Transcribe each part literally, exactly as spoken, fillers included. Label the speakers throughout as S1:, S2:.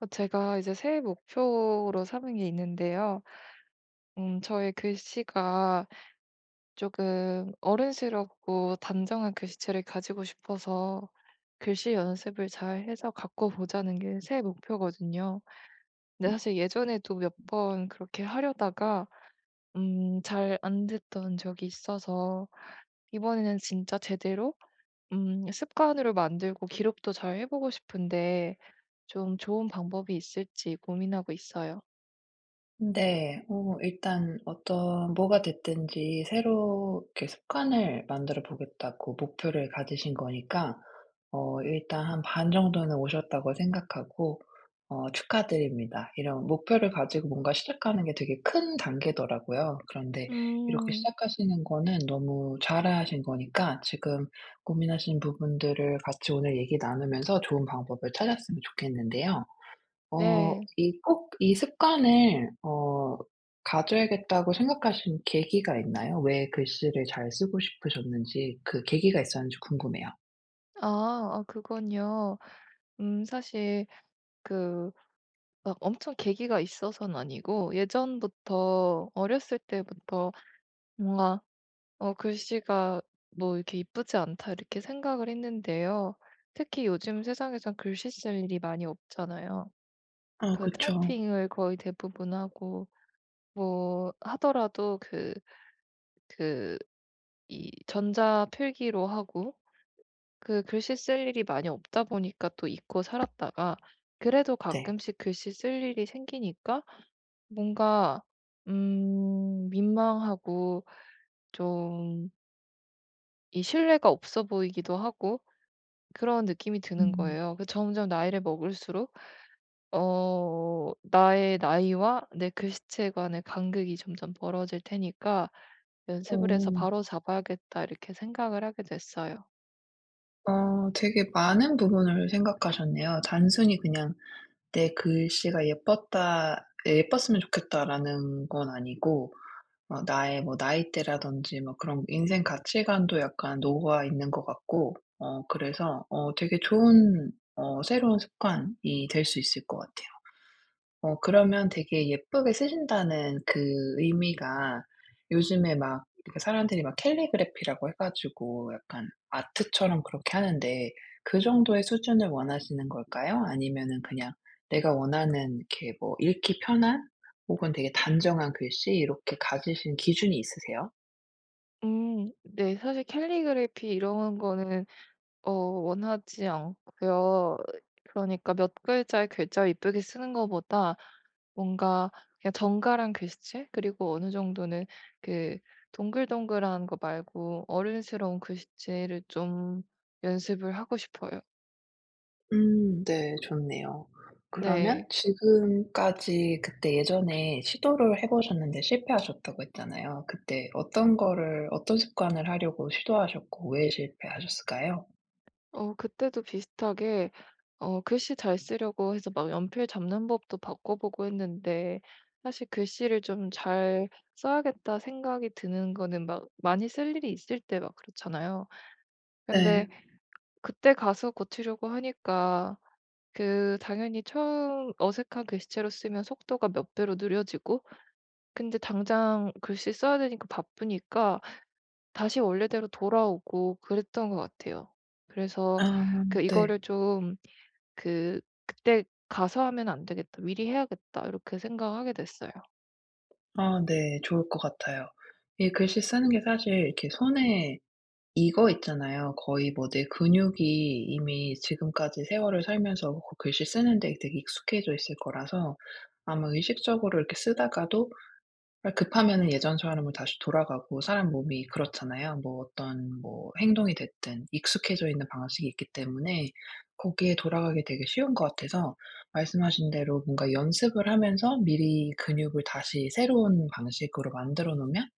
S1: 어, 제가 이제 새해 목표로 삼은 게 있는데요. 음, 저의 글씨가 조금 어른스럽고 단정한 글씨체를 가지고 싶어서 글씨 연습을 잘 해서 갖고 보자는 게 새해 목표거든요. 근데 사실 예전에도 몇 번 그렇게 하려다가 음, 잘 안 됐던 적이 있어서 이번에는 진짜 제대로 음, 습관으로 만들고 기록도 잘 해보고 싶은데 좀 좋은 방법이 있을지 고민하고 있어요.
S2: 네. 어 일단 어떤 뭐가 됐든지 새로 이렇게 습관을 만들어 보겠다고 목표를 가지신 거니까 어 일단 한 반 정도는 오셨다고 생각하고 어 축하드립니다. 이런 목표를 가지고 뭔가 시작하는 게 되게 큰 단계더라고요. 그런데 이렇게
S1: 음.
S2: 시작하시는 거는 너무 잘하신 거니까 지금 고민하신 부분들을 같이 오늘 얘기 나누면서 좋은 방법을 찾았으면 좋겠는데요. 어
S1: 네.
S2: 이 꼭 이 습관을 어 가져야겠다고 생각하신 계기가 있나요? 왜 글씨를 잘 쓰고 싶으셨는지 그 계기가 있었는지 궁금해요.
S1: 아 아 그건요. 음 사실 그 막 엄청 계기가 있어서는 아니고 예전부터 어렸을 때부터 뭔가 어 글씨가 뭐 이렇게 '이쁘지 않다.' 이렇게 생각을 했는데요. 특히 요즘 세상에선 글씨 쓸 일이 많이 없잖아요.
S2: 아,
S1: 그
S2: 그쵸.
S1: 타이핑을 거의 대부분 하고 뭐 하더라도 그 그 이 전자필기로 하고 그 글씨 쓸 일이 많이 없다 보니까 또 잊고 살았다가 그래도
S2: 네.
S1: 가끔씩 글씨 쓸 일이 생기니까 뭔가 음 민망하고 좀 이 신뢰가 없어 보이기도 하고 그런 느낌이 드는
S2: 음.
S1: 거예요. 그 점점 나이를 먹을수록 어 나의 나이와 내 글씨체 간의 간극이 점점 벌어질 테니까
S2: 어.
S1: '연습을 해서 바로잡아야겠다.' 이렇게 생각을 하게 됐어요.
S2: 아, 되게 많은 부분을 생각하셨네요. 단순히 그냥 '내 글씨가 예뻤다 예뻤으면 좋겠다.'라는 건 아니고 어 나의 뭐 나이대라든지 뭐 그런 인생 가치관도 약간 녹아 있는 것 같고 어 그래서 어 되게 좋은 어 새로운 습관이 될 수 있을 것 같아요. 어 그러면 되게 예쁘게 쓰신다는 그 의미가 요즘에 막 이렇게 사람들이 막 캘리그래피라고 해 가지고 약간 아트처럼 그렇게 하는데 그 정도의 수준을 원하시는 걸까요? 아니면은 그냥 내가 원하는 이렇게 뭐 읽기 편한 혹은 되게 단정한 글씨 이렇게 가지신 기준이 있으세요?
S1: 음 네, 사실 캘리그래피 이런 거는 어 원하지 않고요. 그러니까 몇 글자의 글자를 이쁘게 쓰는 것보다 뭔가 그냥 정갈한 글씨체, 그리고 어느 정도는 그 동글동글한 거 말고 어른스러운 글씨체를 좀 연습을 하고 싶어요.
S2: 음, 네. 좋네요. 그러면
S1: 네.
S2: 지금까지 그때 예전에 시도를 해 보셨는데 실패하셨다고 했잖아요. 그때 어떤 거를 어떤 습관을 하려고 시도하셨고 왜 실패하셨을까요?
S1: 어 그때도 비슷하게 어 글씨 잘 쓰려고 해서 막 연필 잡는 법도 바꿔보고 했는데 사실 '글씨를 좀 잘 써야겠다.' 생각이 드는 거는 막 많이 쓸 일이 있을 때 막 그렇잖아요.
S2: 네.
S1: 근데 그때 가서 고치려고 하니까 그 당연히 처음 어색한 글씨체로 쓰면 속도가 몇 배로 느려지고 근데 당장 글씨 써야 되니까 바쁘니까 다시 원래대로 돌아오고 그랬던 것 같아요. 그래서
S2: 아,
S1: 그
S2: 네.
S1: 이거를 좀, 그 '그때 가서 하면 안 되겠다. 미리 해야겠다.' 이렇게 생각하게 됐어요.
S2: 아, 네. 좋을 것 같아요. 이 글씨 쓰는 게 사실 이렇게 손에 이거 있잖아요. 거의 뭐 내 근육이 이미 지금까지 세월을 살면서 그 글씨 쓰는 데 되게 익숙해져 있을 거라서 아마 의식적으로 이렇게 쓰다가도 아, 급하면은 예전 사람으로 다시 돌아가고 사람 몸이 그렇잖아요. 뭐 어떤 뭐 행동이 됐든 익숙해져 있는 방식이 있기 때문에 거기에 돌아가기 되게 쉬운 것 같아서 말씀하신 대로 뭔가 연습을 하면서 미리 근육을 다시 새로운 방식으로 만들어 놓으면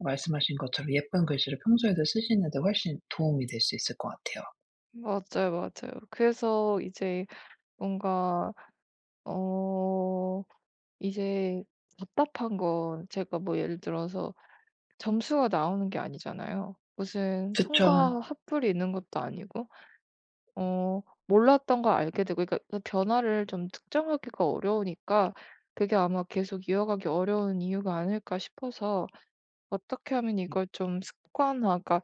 S2: 말씀하신 것처럼 예쁜 글씨를 평소에도 쓰시는데 훨씬 도움이 될 수 있을 것 같아요.
S1: 맞아요, 맞아요. 그래서 이제 뭔가 어 이제 답답한 건 제가 뭐 예를 들어서 점수가 나오는 게 아니잖아요. 무슨
S2: 그쵸.
S1: 통과 합불이 있는 것도 아니고 어 몰랐던 걸 알게 되고 그러니까 그 변화를 좀 특정하기가 어려우니까 그게 아마 계속 이어가기 어려운 이유가 아닐까 싶어서 어떻게 하면 이걸 좀 습관화, 그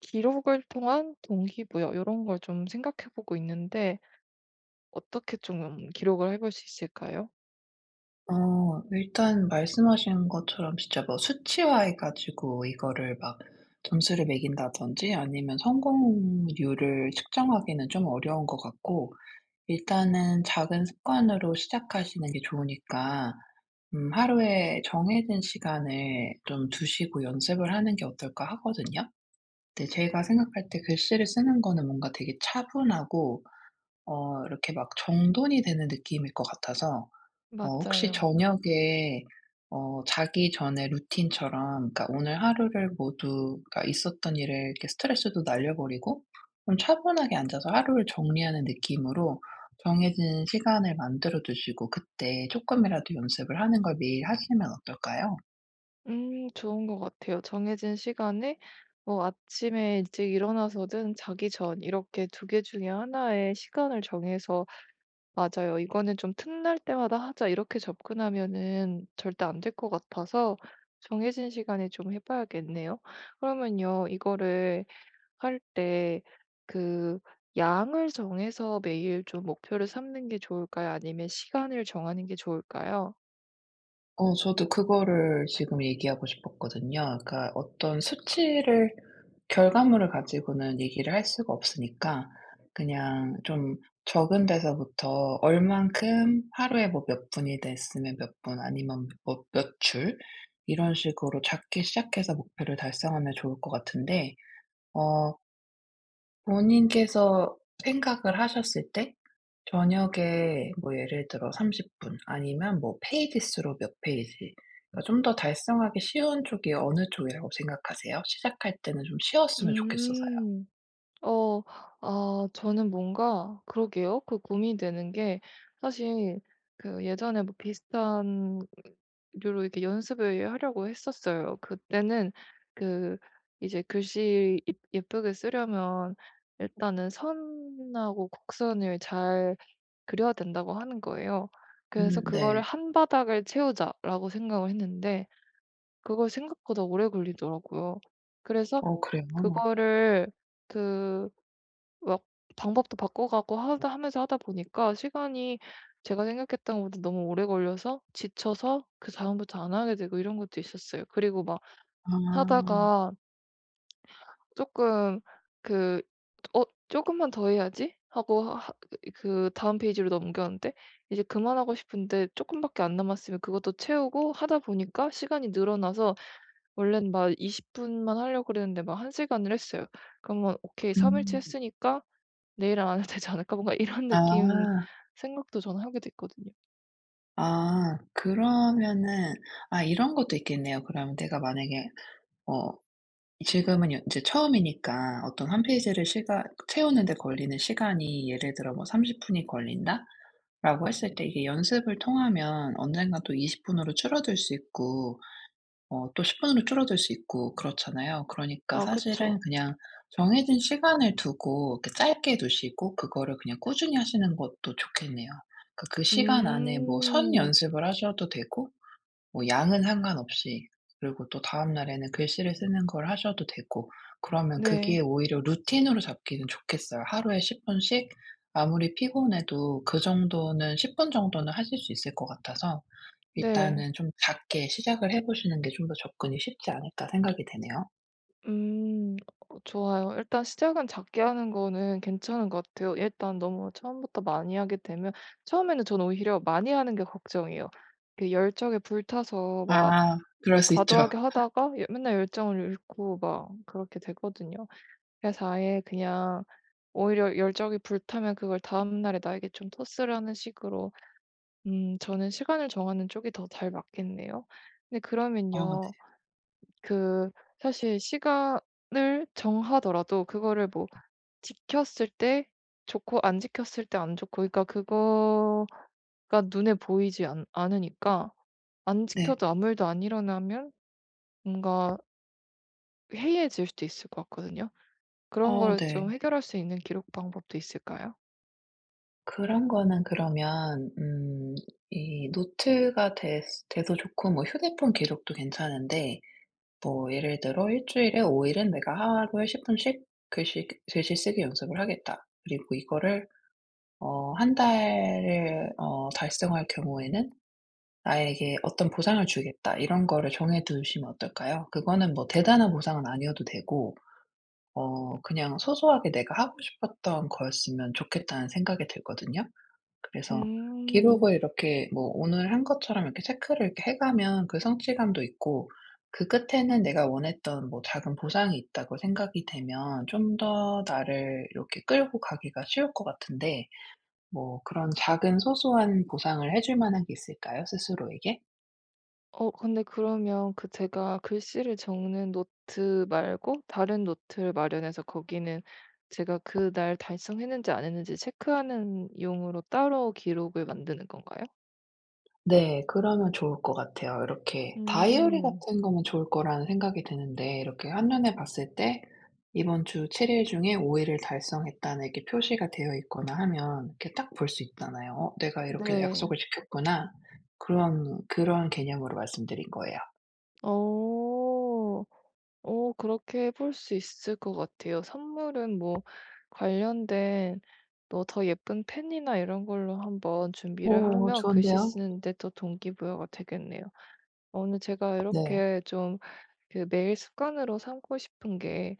S1: 기록을 통한 동기부여 이런 걸 좀 생각해 보고 있는데 어떻게 좀 기록을 해볼 수 있을까요?
S2: 어 일단 말씀하신 것처럼 진짜 뭐 수치화해 가지고 이거를 막 점수를 매긴다든지 아니면 성공률을 측정하기는 좀 어려운 것 같고 일단은 작은 습관으로 시작하시는 게 좋으니까 음 '하루에 정해진 시간을 좀 두시고 연습을 하는 게 어떨까?' 하거든요. 네, 제가 생각할 때 글씨를 쓰는 거는 뭔가 되게 차분하고 어 이렇게 막 정돈이 되는 느낌일 것 같아서 어 혹시
S1: 맞아요.
S2: 저녁에 어 자기 전에 루틴처럼 그러니까 오늘 하루를 모두 그러니까 있었던 일을 이렇게 스트레스도 날려 버리고 좀 차분하게 앉아서 하루를 정리하는 느낌으로 정해진 시간을 만들어 두시고 그때 조금이라도 연습을 하는 걸 매일 하시면 어떨까요?
S1: 음 좋은 것 같아요. 정해진 시간에 뭐 아침에 일찍 일어나서든 자기 전 이렇게 두 개 중에 하나의 시간을 정해서 맞아요. "이거는 좀 틈날 때마다 하자." 이렇게 접근하면은 절대 안 될 것 같아서 정해진 시간에 좀 해 봐야겠네요. 그러면요, 이거를 할 때 그 양을 정해서 매일 좀 목표를 삼는 게 좋을까요? 아니면 시간을 정하는 게 좋을까요?
S2: 어 저도 그거를 지금 얘기하고 싶었거든요. 그러니까 어떤 수치를 결과물을 가지고는 얘기를 할 수가 없으니까 그냥 좀 적은 데서부터 얼만큼 하루에 뭐 몇 분이 됐으면 몇 분 아니면 뭐 몇 줄 이런 식으로 작게 시작해서 목표를 달성하면 좋을 것 같은데 어 본인께서 생각을 하셨을 때 저녁에 뭐 예를 들어 삼십 분 아니면 뭐 페이지 수로 몇 페이지 그러니까 좀 더 달성하기 쉬운 쪽이 어느 쪽이라고 생각하세요? 시작할 때는 좀 쉬웠으면 좋겠어서요.
S1: 음. 어. 아 저는 뭔가 그러게요. 그 고민이 되는 게 사실 그 예전에 뭐 비슷한 류로 이렇게 연습을 하려고 했었어요. 그때는 그 이제 글씨 예 예쁘게 쓰려면 일단은 선하고 곡선을 잘 그려야 된다고 하는 거예요. 그래서
S2: 음,
S1: '그거를
S2: 네.
S1: 한 바닥을 채우자.'라고 생각을 했는데 그걸 생각보다 오래 걸리더라고요. 그래서
S2: 어, 그래요?
S1: 그거를 그 막 방법도 바꿔가고 하다 하면서 하다 보니까 시간이 제가 생각했던 것보다 너무 오래 걸려서 지쳐서 그다음부터 안 하게 되고 이런 것도 있었어요. 그리고 막
S2: 아.
S1: 하다가 조금 그 '어 조금만 더 해야지.' 하고 하 하- 그 다음 페이지로 넘겼는데 이제 그만하고 싶은데 조금밖에 안 남았으면 그것도 채우고 하다 보니까 시간이 늘어나서 원래는 막 이십 분만 하려고 그랬는데 막 한 시간을 했어요. 그러면 '오케이, 삼 일치
S2: 음.
S1: 했으니까 내일은 안 해도 되지 않을까?' 뭔가 이런 느낌,
S2: 아.
S1: 생각도 저는 하게 됐거든요.
S2: 아. 그러면은 아, 이런 것도 있겠네요. 그러면 내가 만약에 어 지금은 여 이제 처음이니까 어떤 한 페이지를 시 채우는 데 걸리는 시간이 예를 들어 뭐 삼십 분이 걸린다라고 했을 때 이게 연습을 통하면 언젠가또이십 분으로 줄어들 수 있고 어 또 십 분으로 줄어들 수 있고 그렇잖아요. 그러니까
S1: 아,
S2: 사실은
S1: 그쵸.
S2: 그냥 정해진 시간을 두고 이렇게 짧게 두시고 그거를 그냥 꾸준히 하시는 것도 좋겠네요. 그러니까 그 시간 안에 뭐 선
S1: 음.
S2: 연습을 하셔도 되고 뭐 양은 상관없이 그리고 또 다음 날에는 글씨를 쓰는 걸 하셔도 되고 그러면 그게
S1: 네.
S2: 오히려 루틴으로 잡기는 좋겠어요. 하루에 십 분씩 아무리 피곤해도 그 정도는 십 분 정도는 하실 수 있을 것 같아서
S1: 네.
S2: 일단은 좀 작게 시작을 해 보시는 게 좀 더 접근이 쉽지 않을까 생각이 되네요.
S1: 음. 어 좋아요. 일단 시작은 작게 하는 거는 괜찮은 것 같아요. 일단 너무 처음부터 많이 하게 되면, 처음에는 저는 오히려 많이 하는 게 걱정이에요. 그 열정에 불타서 막
S2: 아, 그럴 수 있죠.
S1: 과도하게 하다가 예- 맨날 열정을 잃고 막 그렇게 되거든요. 그래서 아예 그냥 오히려 열정이 불타면 그걸 다음날에 나에게 좀 토스를 하는 식으로, 음 저는 시간을 정하는 쪽이 더 잘 맞겠네요. 근데
S2: 어,
S1: 그러면요,
S2: 네.
S1: 그 사실 시간을 정하더라도 그거를 뭐 지켰을 때 좋고 안 지켰을 때 안 좋고 그러니까 그거가 눈에 보이지 않 않으니까 안
S2: 네.
S1: 지켜도 아무 일도 안 일어나면 뭔가 해이해질 수도 있을 것 같거든요. 그런
S2: 어,
S1: 거를
S2: 네.
S1: 좀 해결할 수 있는 기록 방법도 있을까요?
S2: 그런 거는 그러면 음 이 노트가 됐 돼도 좋고 뭐 휴대폰 기록도 괜찮은데 뭐 예를 들어 일 주일에 오 일은 내가 하루에 십 분씩 글씨 글씨 쓰기 연습을 하겠다. 그리고 이거를 어 한 달을 어 달성할 경우에는 나에게 어떤 보상을 주겠다. 이런 거를 정해 두시면 어떨까요? 그거는 뭐 대단한 보상은 아니어도 되고 어 그냥 소소하게 내가 하고 싶었던 거였으면 좋겠다는 생각이 들거든요. 그래서
S1: 음.
S2: 기록을 이렇게 뭐 오늘 한 것처럼 이렇게 체크를 이렇게 해 가면 그 성취감도 있고 그 끝에는 내가 원했던 뭐 작은 보상이 있다고 생각이 되면 좀 더 나를 이렇게 끌고 가기가 쉬울 것 같은데 뭐 그런 작은 소소한 보상을 해줄 만한 게 있을까요? 스스로에게?
S1: 어 근데 그러면 그 제가 글씨를 적는 노트 말고 다른 노트를 마련해서 거기는 제가 그날 달성했는지 안 했는지 체크하는 용으로 따로 기록을 만드는 건가요?
S2: 네. 그러면 좋을 것 같아요. 이렇게 다이어리
S1: 음.
S2: 같은 거면 좋을 거라는 생각이 드는데 이렇게 한눈에 봤을 때 '이번 주 칠 일 중에 오 일을 달성했다.'는 이렇게 표시가 되어 있거나 하면 이렇게 딱 볼 수 있잖아요. '어 내가 이렇게
S1: 네.
S2: 약속을 지켰구나.' 그런 그런 개념으로 말씀드린 거예요.
S1: 어. 어 그렇게 해볼 수 있을 것 같아요. 선물은 뭐 관련된, 뭐 더 예쁜 펜이나 이런 걸로 한번 준비를
S2: 오,
S1: 하면 글씨
S2: 좋은데요?
S1: 쓰는데 더 동기부여가 되겠네요. 오늘 제가
S2: 네.
S1: 이렇게 좀 그 매일 습관으로 삼고 싶은 게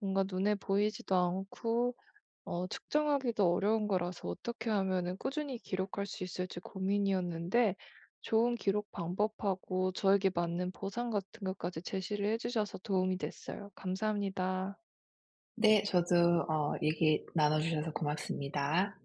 S1: 뭔가 눈에 보이지도 않고 어 측정하기도 어려운 거라서 어떻게 하면은 꾸준히 기록할 수 있을지 고민이었는데 좋은 기록 방법하고 저에게 맞는 보상 같은 것까지 제시를 해 주셔서 도움이 됐어요. 감사합니다.
S2: 네. 저도 어 얘기 나눠 주셔서 고맙습니다.